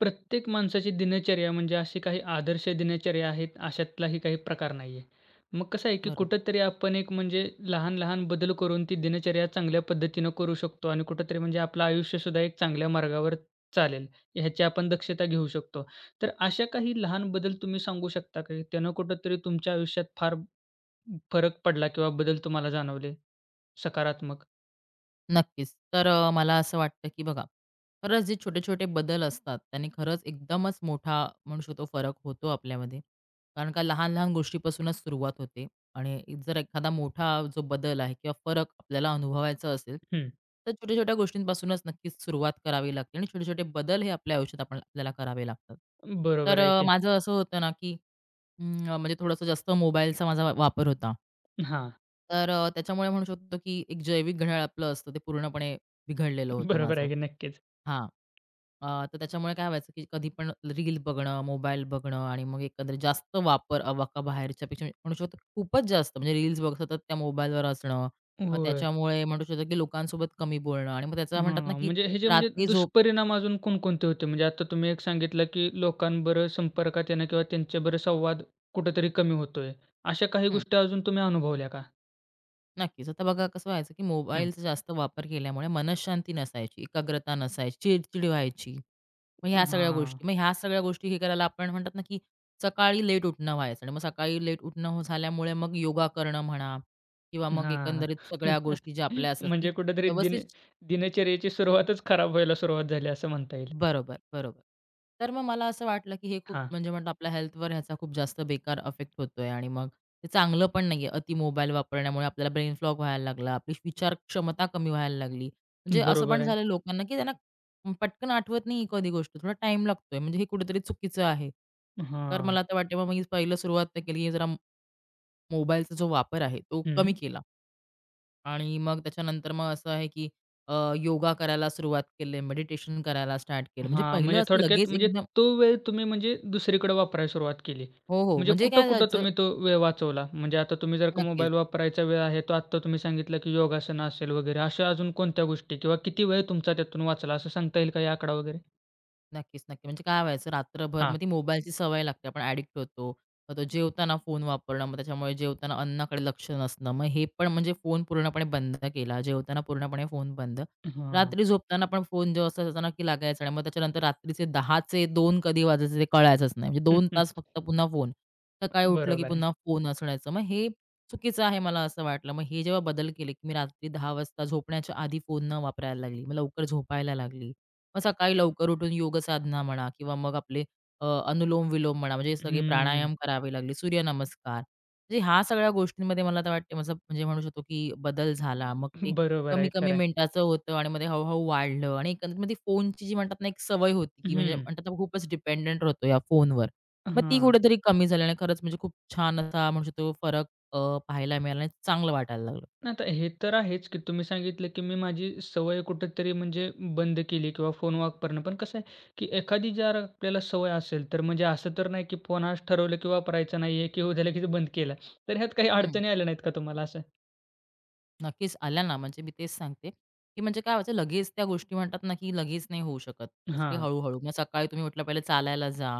प्रत्येक माणसाची दिनचर्या म्हणजे अशी काही आदर्श दिनचर्या आहेत, अशातलाही काही प्रकार नाहीये. मग कसं आहे, की बरोबर. कुठेतरी आपण एक म्हणजे लहान-लहान बदल करून ती दिनचर्या चांगल्या पद्धतीनं करू शकतो आणि कुठेतरी म्हणजे आपलं आयुष्यसुद्धा एक चांगल्या मार्गावर चालेल, ह्याची आपण दक्षता घेऊ शकतो. तर अशा काही लहान बदल तुम्ही सांगू शकता का, की त्यानं कुठेतरी तुमच्या आयुष्यात फार फरक पडला किंवा बदल तुम्हाला जाणवले सकारात्मक? नक्कीच. तर मला असं वाटतं, की बघा, खरंच जे छोटे-छोटे बदल असतात, त्यांनी खरंच एकदमच मोठा म्हणू शकतो फरक होतो आपल्यामध्ये. कारण का लहान-लहान गोष्टीपासूनच सुरुवात होते आणि जर एखादा मोठा जो बदल आहे किंवा फरक आपल्याला अनुभवायचा असेल, हं. तर छोट्या-छोट्या गोष्टींपासूनच नक्कीच सुरुवात करावी लागते आणि छोटे-छोटे बदल हे आपल्या आयुष्यात आपण आपल्याला करावे लागतात. तर बरोबर आहे की. माझं असं होतं ना, की म्हणजे थोडंसं जास्त मोबाईलचा माझा वापर होता. हां. तर त्याच्यामुळे म्हणू शकतो की एक जैविक घड्याळ आपलं असतं ते पूर्णपणे बिघडलेलं होतं बरोबर माझं. आहे की. नक्कीच. हां. अ, तर त्याच्यामुळे काय व्हायचं की कधी पण रील बघणं, मोबाईल बघणं आणि मग एकंदरीत जास्त वापर अवाका बाहेरच्यापेक्षा म्हणू शकतो खूपच जास्त म्हणजे रील्स बघत सतत त्या मोबाईलवर असणं. मग होय. त्याच्यामुळे म्हणू शकतो की लोकांसोबत कमी बोलणं आणि मग त्याचं म्हणतात ना हां, की म्हणजे हे जे म्हणजे रात्री झोप. दुष्परिणाम अजून कोणकोणते होते? म्हणजे आता तुम्ही एक सांगितलं, की लोकांबरोबर संपर्कात येणं किंवा त्यांच्याबरोबर संवाद कुठेतरी कमी होतोय. अशा काही हं. गोष्टी अजून तुम्ही अनुभवल्या का? नक्कीच. आता बघा कसं व्हायचं की हं. मोबाईलचा जास्त वापर केल्यामुळे मनःशांती नसायची, एकाग्रता नसायची, चिडचिड व्हायची. मग ह्या सगळ्या हां, गोष्टी मग ह्या सगळ्या गोष्टी हे करायला आपण म्हणतात ना, की सकाळी लेट उठणं व्हायचं आणि मग सकाळी लेट उठणं हो झाल्यामुळे मग योगा करणं म्हणा किंवा मग हां. एकंदरीत सगळ्या गोष्टी ज्या आपल्या असतात, की म्हणजे कुठेतरी व्यवस्थित. दिनचर्येची सुरुवातच खराब व्हायला सुरुवात झाली असं म्हणता येईल. बरोबर, बरोबर. तर मग मला असं वाटलं, की हे खूप हां, म्हणजे म्हटलं आपल्या हेल्थवर ह्याचा खूप जास्त बेकार इफेक्ट होतोय आणि मग ते चांगलं पण नाहीये. अति मोबाईल वापरण्यामुळे आपल्याला ब्रेन फ्लॉग व्हायला लागला. आपली विचार क्षमता कमी व्हायला लागली. म्हणजे असं बरोबर पण आहे. झालं लोकांना, की त्यांना पटकन आठवत नाही एखादी गोष्ट. थोडा टाईम लागतोय. म्हणजे हे कुठेतरी चुकीचं आहे. तर हां, मला तर वाटते मग मी पहिलं सुरुवात तर केली, की जरा मोबाईलचा जो वापर आहे तो कमी हं. केला. आणि मग त्याच्यानंतर मग असं आहे की अ, योगा करायला सुरुवात केली, मेडिटेशन करायला स्टार्ट केलं. म्हणजे हां, पहिलं म्हणजे असं थोडक्यात लगेच म्हणजे एकदम तो वेळ तुम्ही म्हणजे दुसरीकडे वापरायला सुरुवात केली. हो, हो. म्हणजे म्हणजे काय कुठं-कुठं व्हायचं तुम्ही तो वेळ वाचवला? म्हणजे आता तुम्ही जर का नक्कीच. मोबाईल वापरायचा वेळ आहे, तो आत्ता तुम्ही सांगितलं की योगासनं असेल वगैरे, अशा अजून कोणत्या गोष्टी किंवा किती वेळ तुमचा त्यातून वाचला असं सांगता येईल काही आकडा वगैरे? नक्कीच, नक्की. म्हणजे काय व्हायचं रात्रभर हां, मग ती मोबाईलची सवय लागते. आपण ॲडिक्ट होतो. मग तो जेवताना फोन वापरणं, मग त्याच्यामुळे जेवताना अन्नाकडे लक्ष नसणं. मग हे पण म्हणजे फोन पूर्णपणे बंद केला. जेवताना पूर्णपणे फोन बंद. हां. रात्री झोपताना पण फोन जो असायचा ना, की लागायचा आणि मग त्याच्यानंतर रात्रीचे 10चे 2 कधी वाजायचे ते कळायचंच नाही. म्हणजे 2 तास फक्त पुन्हा फोन. सकाळी उठलं की बरोबर आहे. पुन्हा फोन असण्याचं. मग हे चुकीचं आहे मला असं वाटलं. मग हे जेव्हा बदल केले, की मी रात्री 10 वाजता झोपण्याच्या आधी फोन न वापरायला लागली. मग लवकर झोपायला लागली. मग सकाळी लवकर उठून योगसाधना म्हणा किंवा मग आपले अनुलोम-विलोम म्हणा, म्हणजे सगळे हम्म. प्राणायाम करावे लागले, सूर्यनमस्कार. म्हणजे ह्या सगळ्या गोष्टींमध्ये मला तर वाटते माझा म्हणजे म्हणू शकतो की बदल झाला. मग ते बरोबर आहे, कमी-कमी खरं आहे. मिनिटाचं होतं आणि मग ते हळू वाढलं आणि एकंदरीत मग फोनची जी म्हणतात ना एक सवय होती, की म्हणजे हं. म्हणतात ना खूपच डिपेंडंट होतो या फोनवर. मग ती हां. कुठेतरी कमी झाली आणि खरंच म्हणजे खूप छान असा म्हणू शकतो फरक अ, पाहायला मिळाला आणि चांगलं वाटायला लागलं. नाही, आता हे तर आहेच, की तुम्ही सांगितलं, की मी माझी सवय कुठेतरी म्हणजे बंद केली किंवा फोन वापरणं. पण कसं आहे, की एखादी जर आपल्याला सवय असेल, तर म्हणजे असं तर नाही, की फोन आज ठरवलं, की वापरायचा नाहीये, की उद्या लगेच बंद केला. तर ह्यात काही हं. अडचणी आल्या नाहीत का तुम्हाला असं? नक्कीच आल्या ना, म्हणजे मी तेच सांगते, की म्हणजे काय व्हायचं लगेच त्या गोष्टी म्हणतात ना, की लगेच नाही होऊ शकत. त्यासाठी हां. हळू-हळू मग सकाळी तुम्ही उठला पहिले चालायला जा.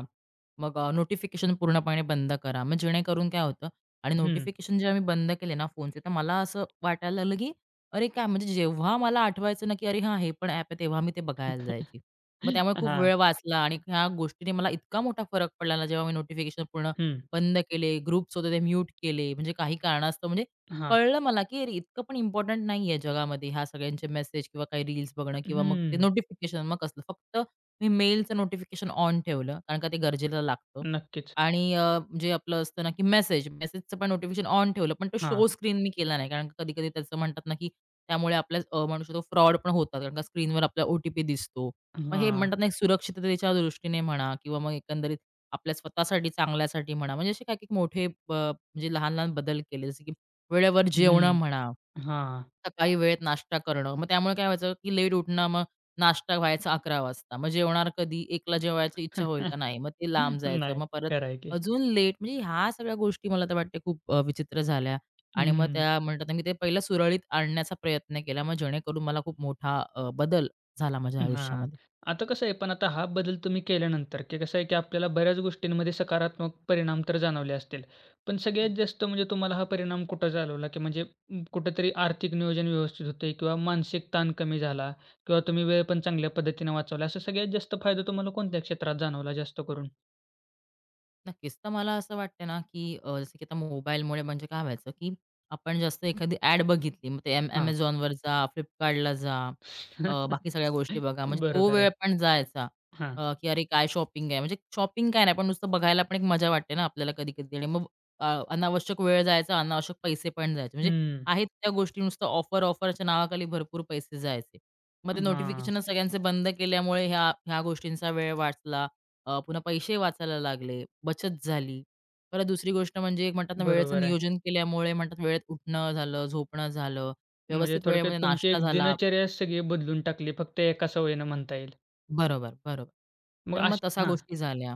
मग नोटिफिकेशन पूर्णपणे बंद करा. मग जेणेकरून काय होतं आणि हं. नोटिफिकेशन जेव्हा मी बंद केले ना फोनचे, तर मला असं वाटायला लागलं, की अरे काय म्हणजे जेव्हा मला आठवायचं ना, की अरे हां, हे पण ॲप आहे, तेव्हा मी ते बघायला जायची. मग त्यामुळे खूप हां. वेळ वाचला आणि ह्या गोष्टीने मला इतका मोठा फरक पडला ना, जेव्हा मी नोटिफिकेशन पूर्ण हं. बंद केले, ग्रुप्स होते ते म्यूट केले, म्हणजे काही कारणास्तव म्हणजे हां. कळलं मला, की अरे इतकं पण इम्पोर्टंट नाहीये जगामध्ये ह्या सगळ्यांचे मेसेज किंवा काही रील्स बघणं किंवा मग ते हं. नोटिफिकेशन मग कसलं. फक्त मी मेलचं नोटिफिकेशन ऑन ठेवलं, कारण का ते गरजेला लागतं नक्कीच. आणि जे आपलं असतं ना, की मेसेज, मेसेजचं पण नोटिफिकेशन ऑन ठेवलं, पण तो हां. शो स्क्रीन मी केला नाही. कारण कधी-कधी त्याचं म्हणतात ना, की त्यामुळे आपल्या म्हणू शकतो फ्रॉड पण होतात. कारण का स्क्रीनवर आपला ओ दिसतो. मग हे हां. म्हणतात ना, एक सुरक्षिततेच्या दृष्टीने म्हणा किंवा मग एकंदरीत आपल्या स्वतःसाठी, चांगल्यासाठी म्हणा, म्हणजे असे काही-काही मोठे म्हणजे लहान-लहान बदल केले. जसं की वेळेवर जेवणं हं. म्हणा, हां. सकाळी वेळेत नाश्ता करणं. मग त्यामुळे काय व्हायचं, की लेट उठणं, मग नाश्ता व्हायचा 11:00 वाजता. मग जेवणार कधी? 1:00ला जेवायची इच्छा होईल का? नाही. मग ते लांब जायचं. नाही. मग परत खरं आहे की. अजून लेट. म्हणजे ह्या सगळ्या गोष्टी मला तर वाटते खूप विचित्र झाल्या आणि मग हं. त्या म्हणतात ना, मी ते पहिलं सुरळीत आणण्याचा प्रयत्न केला. मग जेणेकरून मला खूप मोठा बदल झाला माझ्या हां. आयुष्यामध्ये. आता कसं आहे, पण आता हा बदल तुम्ही केल्यानंतर, की कसं आहे, की आपल्याला बऱ्याच गोष्टींमध्ये सकारात्मक परिणाम तर जाणवले असतील. पण सगळ्यात जास्त म्हणजे तुम्हाला हा परिणाम कुठं जाणवला, की म्हणजे कुठेतरी आर्थिक नियोजन व्यवस्थित होते किंवा मानसिक ताण कमी झाला किंवा तुम्ही वेळ पण चांगल्या पद्धतीने वाचवला. असा सगळ्यात जास्त फायदा तुम्हाला कोणत्या क्षेत्रात जाणवला जास्त करून? नक्कीच. तर मला असं वाटतं ना, की जसं की आता मोबाईलमुळे म्हणजे काय व्हायचं, की आपण जास्त एखादी ॲड बघितली, मग ते हां. Amazonवर जा, Flipkartला जा, बाकी सगळ्या गोष्टी बघा. म्हणजे तो बरोबर आहे. वेळ पण जायचा, हां. की अरे काय शॉपिंग आहे. म्हणजे शॉपिंग काय नाही, पण नुसतं बघायला पण एक मजा वाटते ना आपल्याला कधी-कधी आणि मग अ, अनावश्यक वेळ जायचा, अनावश्यक पैसे पण जायचे. म्हणजे हं. आहेत त्या गोष्टी नुसतं ऑफर-ऑफरच्या नावाखाली भरपूर पैसे जायचे. मग ते हां. नोटिफिकेशन सगळ्यांचे बंद केल्यामुळे ह्या ह्या गोष्टींचा वेळ वाचला. पुन्हा पैसे वाचायला लागले, बचत झाली. परत दुसरी गोष्ट म्हणजे एक म्हणतात ना, वेळेचं बरोबर आहे. नियोजन केल्यामुळे म्हणतात वेळेत उठणं झालं, झोपणं झालं, म्हणजे व्यवस्थित थोडक्यात वेळेमध्ये तुमची नाश्ता एक झाला. दिनचर्याच सगळी बदलून टाकली फक्त एका सवयीनं म्हणता येईल. बरोबर, बरोबर. मग तर मग अशी तशा हां. गोष्टी झाल्या.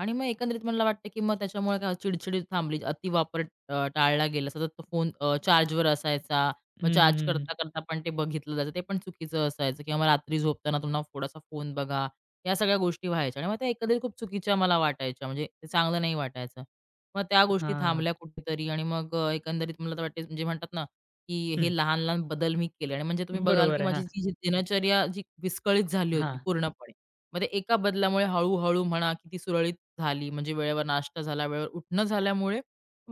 आणि मग एकंदरीत मला वाटतं, की मग त्याच्यामुळे काय चिडचिड थांबली. अतिवापर टाळला गेला. सतत तो फोन चार्जवर असायचा. हं, मग हं, चार्ज हं. करता-करता पण ते बघितलं जायचं. ते पण चुकीचं असायचं किंवा मग रात्री झोपताना तुम्हाला थोडासा फोन बघा. या सगळ्या गोष्टी व्हायच्या आणि मग त्या एकंदरीत खूप चुकीच्या मला वाटायच्या. म्हणजे ते चांगलं नाही वाटायचं. मग त्या गोष्टी हां. थांबल्या कुठेतरी आणि मग एकंदरीत मला तर वाटते म्हणजे म्हणतात ना, की हं. हे लहान-लहान बदल मी केले आणि म्हणजे तुम्ही बघाल, की बरोबर आहे. माझी हां, जी जी दिनचर्या जी विस्कळीत झाली होती हां. पूर्णपणे. मग ते एका बदलामुळे हळू म्हणा, की ती सुरळीत झाली म्हणजे वेळेवर नाश्ता झाला, वेळेवर उठणं झाल्यामुळे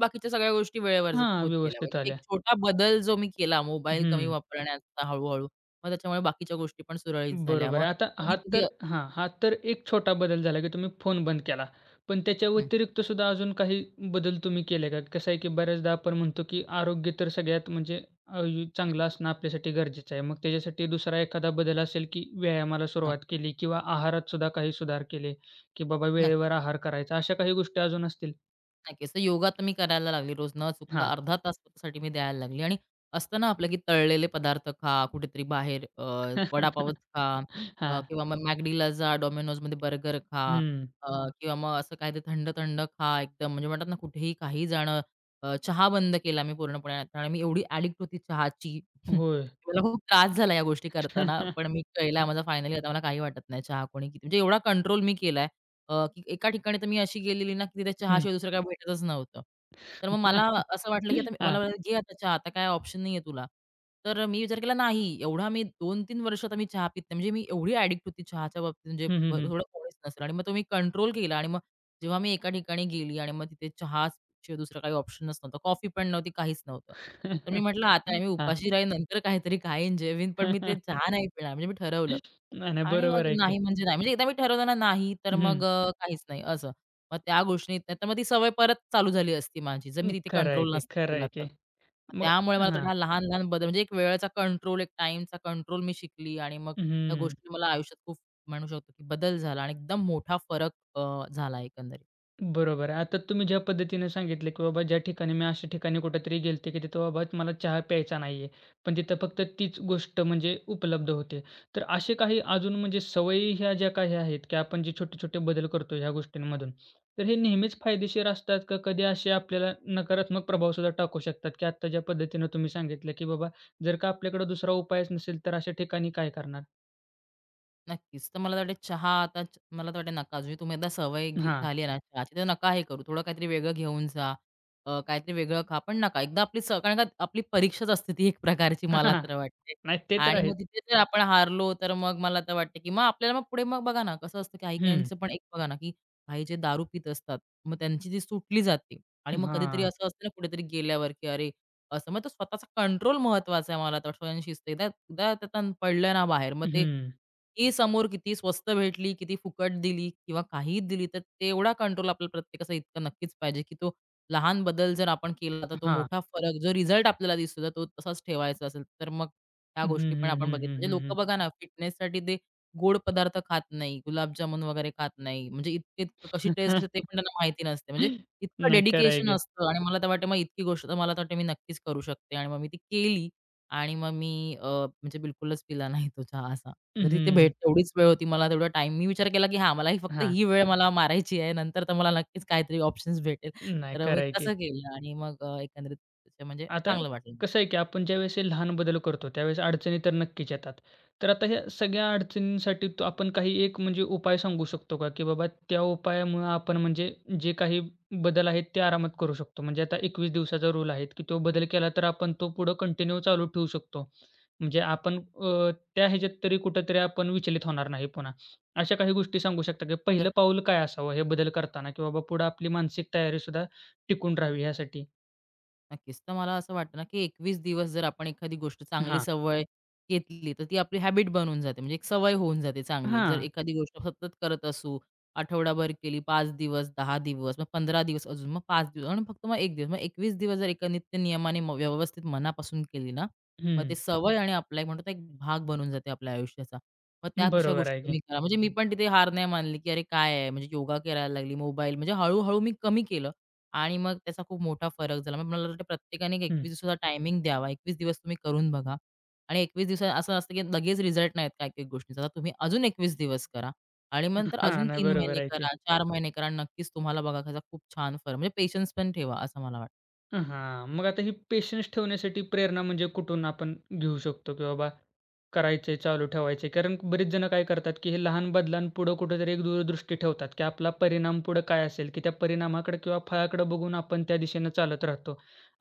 बाकीच्या सगळ्या गोष्टी वेळेवर हां, होत गेल्या. व्यवस्थित म्हणजे एक आल्या. छोटा बदल जो मी केला मोबाईल कमी हं. वापरण्याचा हळू-हळू, मग त्याच्यामुळे बाकीच्या गोष्टी पण सुरळीत झाल्या. बरोबर मग आहे. आता हा कधी-कधी तर हां, हा तर एक छोटा बदल झाला, की तुम्ही फोन बंद केला. पण त्याच्या हं, व्यतिरिक्त सुद्धा अजून काही बदल तुम्ही केले का? कसं आहे, की बऱ्याचदा आपण म्हणतो, की आरोग्य तर सगळ्यात म्हणजे अ, हं. चांगलं असणं आपल्यासाठी गरजेचं आहे. मग त्याच्यासाठी दुसरा एखादा बदल असेल, की व्यायामाला सुरुवात नक्कीच, केली किंवा आहारात सुद्धा काही सुधार केले, की बाबा नक्की. वेळेवर आहार करायचा, अशा काही गोष्टी अजून असतील? नक्कीच. तर योगा तर मी करायला लागली रोज न चुकता हां. अर्धा. हं. तास स्वतःसाठी मी द्यायला लागली आणि असतं ना आपलं, की तळलेले पदार्थ खा, कुठेतरी बाहेर वडापावच खा हां. किंवा मग McDला जा, डोमिनोजमध्ये बर्गर खा हं. अ, किंवा मग असं काहीतरी थंड-थंड खा एकदम. म्हणजे म्हणतात ना कुठेही काही जाणं. चहा बंद केला मी पूर्णपणे. कारण मी एवढी ॲडिक्ट होती चहाची. होय. मला खूप त्रास झाला या गोष्टी करताना. पण मी केला माझा फायनली आता मला काही वाटत नाही चहा कोणी किती म्हणजे एवढा कंट्रोल मी केलाय. की एका ठिकाणी तर मी अशी गेलेली ना, की तिथे हं. चहाशिवाय दुसरं काही भेटतच नव्हतं. तर मग मला असं वाटलं, की आता मला हां. वाटलं, घे आता चहा, आता काय ऑप्शन नाहीये तुला. तर मी विचार केला नाही एवढा मी 2-3 वर्ष आता मी चहा पित नाही. म्हणजे मी एवढी ॲडिक्ट होती चहाच्या बाबतीत म्हणजे हं, हं, हं. थोडं कोणीच नसेल आणि मग तो मी कंट्रोल केला आणि मग जेव्हा मी एका ठिकाणी गेली आणि मग तिथे चहाशिवाय दुसरा काही ऑप्शनच नव्हता. कॉफी पण नव्हती, काहीच नव्हतं. तर मी म्हटलं, "आता मी हां. उपाशी राहीन, नंतर काहीतरी खाईन, जेवीन, पण मी ते चहा नाही पिणार." म्हणजे मी ठरवलं. नाही, नाही. आणि मग बरोबर आहे की. नाही म्हणजे नाही. म्हणजे एकदा मी ठरवलं ना नाही, तर मग हं. काहीच नाही असं. मग त्या गोष्टीत नाहीतर मग ती सवय परत चालू झाली असती माझी, जर मी तिथे खरं आहे कंट्रोल की, नसता खरं केला आहे तर. की. मग मग त्यामुळे मला वाटतं हां. हा लहान-लहान बदल म्हणजे एक वेळेचा कंट्रोल, एक टाईमचा कंट्रोल मी शिकली आणि मग त्या हं. गोष्टी मला आयुष्यात खूप म्हणू शकतो की बदल झाला आणि एकदम मोठा फरक झाला एकंदरीत. बरोबर आहे. आता तुम्ही ज्या पद्धतीने सांगितलं, की बाबा ज्या ठिकाणी मी अशा ठिकाणी कुठेतरी गेलते, की तिथं बाबा मला चहा प्यायचा नाहीये. पण तिथं फक्त तीच गोष्ट म्हणजे उपलब्ध होते. तर असे काही अजून म्हणजे सवयी ह्या ज्या काही आहेत, की आपण जे छोटे-छोटे बदल करतो ह्या गोष्टींमधून, तर हे नेहमीच फायदेशीर असतात का? कधी असे आपल्याला नकारात्मक प्रभावसुद्धा टाकू शकतात, की आत्ता ज्या पद्धतीनं तुम्ही सांगितलं, की बाबा जर का आपल्याकडे दुसरा उपायच नसेल, तर अशा ठिकाणी काय करणार? नक्कीच. तर मला तर वाटतं चहा आता मला तर वाटतं नका. म्हणजे तुम्ही एकदा सवय घे हां. झाली आहे ना चहाची, तर नका हे करू. थोडं काहीतरी वेगळं घेऊन जा. काहीतरी वेगळं खा. पण नका. एकदा आपली कारण का आपली परीक्षाच असते ती एक प्रकारची मला हां, तर वाटते. नाही ते तर आणि मग आहेच. तिथे जर आपण हारलो, तर मग मला तर वाटतं, की मग आपल्याला मग पुढे मग बघा ना, कसं असतं हं. काही-काहींचं पण एक बघा ना, की काही जे दारू पीत असतात, मग त्यांची ती सुटली जाते. आणि मग कधीतरी हां. असं असतं ना कुठेतरी गेल्यावर, की अरे असं. मग तो स्वतःचा कंट्रोल महत्वाचा आहे मला तर वाटतं आणि शिस्त. एकदा एकदा त्यातून पडलं ना बाहेर, मग ते हं. किती समोर किती स्वस्त भेटली, किती फुकट दिली किंवा काहीही दिली, तर तेवढा कंट्रोल आपल्याला प्रत्येकाचा इतका नक्कीच पाहिजे, की तो लहान बदल जर आपण केला, तर तो हां. मोठा फरक जो रिझल्ट आपल्याला दिसतो, तर तो तसाच ठेवायचा असेल, तर मग ह्या हं, गोष्टी पण हं, आपण बघितल्या. हं, म्हणजे हं, लोकं हं, बघा ना, फिटनेससाठी ते गोड पदार्थ खात नाही, गुलाबजामुन वगैरे खात नाही. म्हणजे इतके इतकं कशी टेस्ट हं. ते पण त्यांना माहिती नसते. म्हणजे इतकं नाही, खरं आहे डेडिकेशन की. असतं आणि मला तर वाटतं मग इतकी गोष्ट तर मला तर वाटतं मी नक्कीच करू शकते आणि मग मी ती केली आणि मग मी म्हणजे बिलकुलच पिला नाही तो चहा असा. जर तिथे भेट हं. तेवढीच वेळ होती मला तेवढा टाईम मी विचार केला, की हां, मला ही फक्त हां. ही वेळ मला मारायची आहे. नंतर तर मला नक्कीच काहीतरी ऑप्शन्स भेटेल. नाही, तर मी खरं आहे की. तसं केलं आणि मग एकंदरीत म्हणजे आता चांगलं वाटलं. कसं आहे, की आपण ज्यावेळेस हे लहान बदल करतो, त्यावेळेस अडचणी तर नक्कीच येतात. तर आता ह्या सगळ्या अडचणींसाठी तो आपण काही एक म्हणजे उपाय सांगू शकतो का? की बाबा त्या उपायामुळं आपण म्हणजे जे काही बदल आहेत ते आरामात करू शकतो. म्हणजे आता 21 दिवसाचा रूल आहे, की तो बदल केला तर आपण तो पुढं कंटिन्यू चालू ठेवू शकतो. म्हणजे आपण त्या ह्याच्यात तरी कुठेतरी आपण विचलित होणार नाही पुन्हा. अशा काही गोष्टी सांगू शकता, की तर पहिलं पाऊल काय असावं हे बदल करताना? की बाबा पुढं आपली मानसिक तयारीसुद्धा टिकून राहावी ह्यासाठी? नक्कीच. तर मला असं वाटतं ना, की 21 दिवस जर आपण एखादी गोष्ट चांगली हां. सवय घेतली, तर ती आपली हॅबिट बनून जाते. म्हणजे एक सवय होऊन जाते चांगली. जर हां. एखादी गोष्ट सतत करत असू, आठवडाभर केली, 5 दिवस, दहा दिवस, मग 15 दिवस अजून, मग 5 दिवस आणि फक्त मग 1 दिवस. मग 21 दिवस जर एका नित्य नियमाने व्यवस्थित मनापासून केली ना, मग ते हं, सवय आणि आपला एक म्हणतो ना, एक भाग बनून जाते आपल्या आयुष्याचा. मग त्या तशा बरोबर गोष्टी आहे की. तुम्ही करा. म्हणजे मी पण तिथे हार नाही मानली, की "अरे काय आहे?" म्हणजे योगा करायला लागली, मोबाईल म्हणजे हळू मी कमी केलं. आणि मग त्याचा खूप मोठा फरक झाला. मग मला वाटतं प्रत्येकाने एक हं. 21 दिवसाचा टायमिंग द्यावा. 21 दिवस तुम्ही करून बघा आणि 21 दिवसात असं असतं की लगेच रिझल्ट नाहीत काही-काही गोष्टींचा. तर तुम्ही अजून 21 दिवस करा आणि नंतर हां, अजून नाही 3 महिने बरोबर आहे की. करा, 4 महिने करा. नक्कीच तुम्हाला बघा त्याचा खूप छान फरक म्हणजे पेशन्स पण ठेवा असं मला वाटतं. हां, मग आता ही पेशन्स ठेवण्यासाठी प्रेरणा म्हणजे कुठून आपण घेऊ शकतो, की बाबा करायचंय, चालू ठेवायचंय? कारण बरेच जण काय करतात, की हे लहान बदलांपुढं कुठेतरी एक दूरदृष्टी ठेवतात, की आपला परिणाम पुढं काय असेल, की त्या परिणामाकडे किंवा फळाकडे बघून आपण त्या दिशेनं चालत राहतो.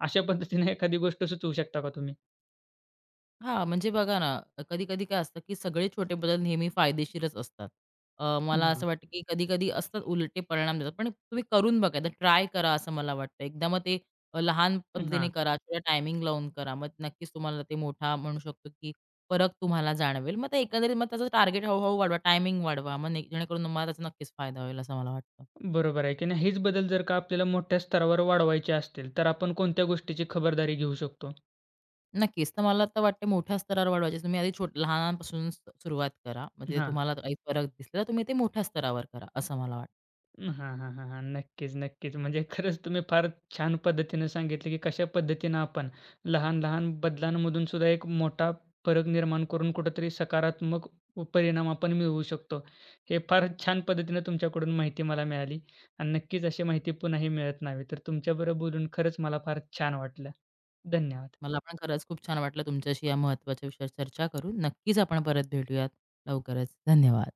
अशा पद्धतीने एखादी गोष्ट सुचवू शकता का तुम्ही? हां, म्हणजे बघा ना, कधी-कधी काय असतं, की सगळे छोटे बदल नेहमी फायदेशीरच असतात. मला हं. असं वाटतं, की कधी-कधी असतात उलटे परिणाम देतात. पण तुम्ही करून बघा, एकदा ट्राय करा असं मला वाटतं. एकदा मग ते लहान पद्धतीने हां, करा किंवा टायमिंग लावून करा. मग नक्कीच तुम्हाला ते मोठा म्हणू शकतो, की फरक तुम्हाला जाणवेल. मग ते एकंदरीत मग त्याचं टार्गेट हळू वाढवा, टायमिंग वाढवा. मग जेणेकरून तुम्हाला त्याचा नक्कीच फायदा होईल असं मला वाटतं. बरोबर आहे की नाही. हेच बदल जर का आपल्याला मोठ्या स्तरावर वाढवायचे असतील, तर आपण कोणत्या गोष्टीची खबरदारी घेऊ शकतो? नक्कीच. तर मला तर वाटते मोठ्या स्तरावर वाढवायचे तुम्ही आधी लहानांपासून सुरुवात करा. म्हणजे हां. तुम्हाला काही फरक दिसला, तुम्ही ते मोठ्या स्तरावर करा, असं मला वाटतं. हां, हां, हां, हां. नक्कीच, नक्कीच. म्हणजे खरंच तुम्ही फार छान पद्धतीनं सांगितलं, की कशा पद्धतीनं आपण लहान-लहान बदलांमधून सुद्धा एक मोठा फरक निर्माण करून कुठेतरी सकारात्मक परिणाम आपण मिळवू शकतो. हे फार छान पद्धतीनं तुमच्याकडून माहिती मला मिळाली आणि नक्कीच अशी माहिती पुन्हाही मिळत नाही. तर तुमच्याबरोबर बोलून खरंच मला फार छान वाटलं. धन्यवाद. मला पण खरंच खूप छान वाटलं तुमच्याशी या महत्त्वाच्या विषयावर चर्चा करून. नक्कीच आपण परत भेटूयात लवकरच. धन्यवाद.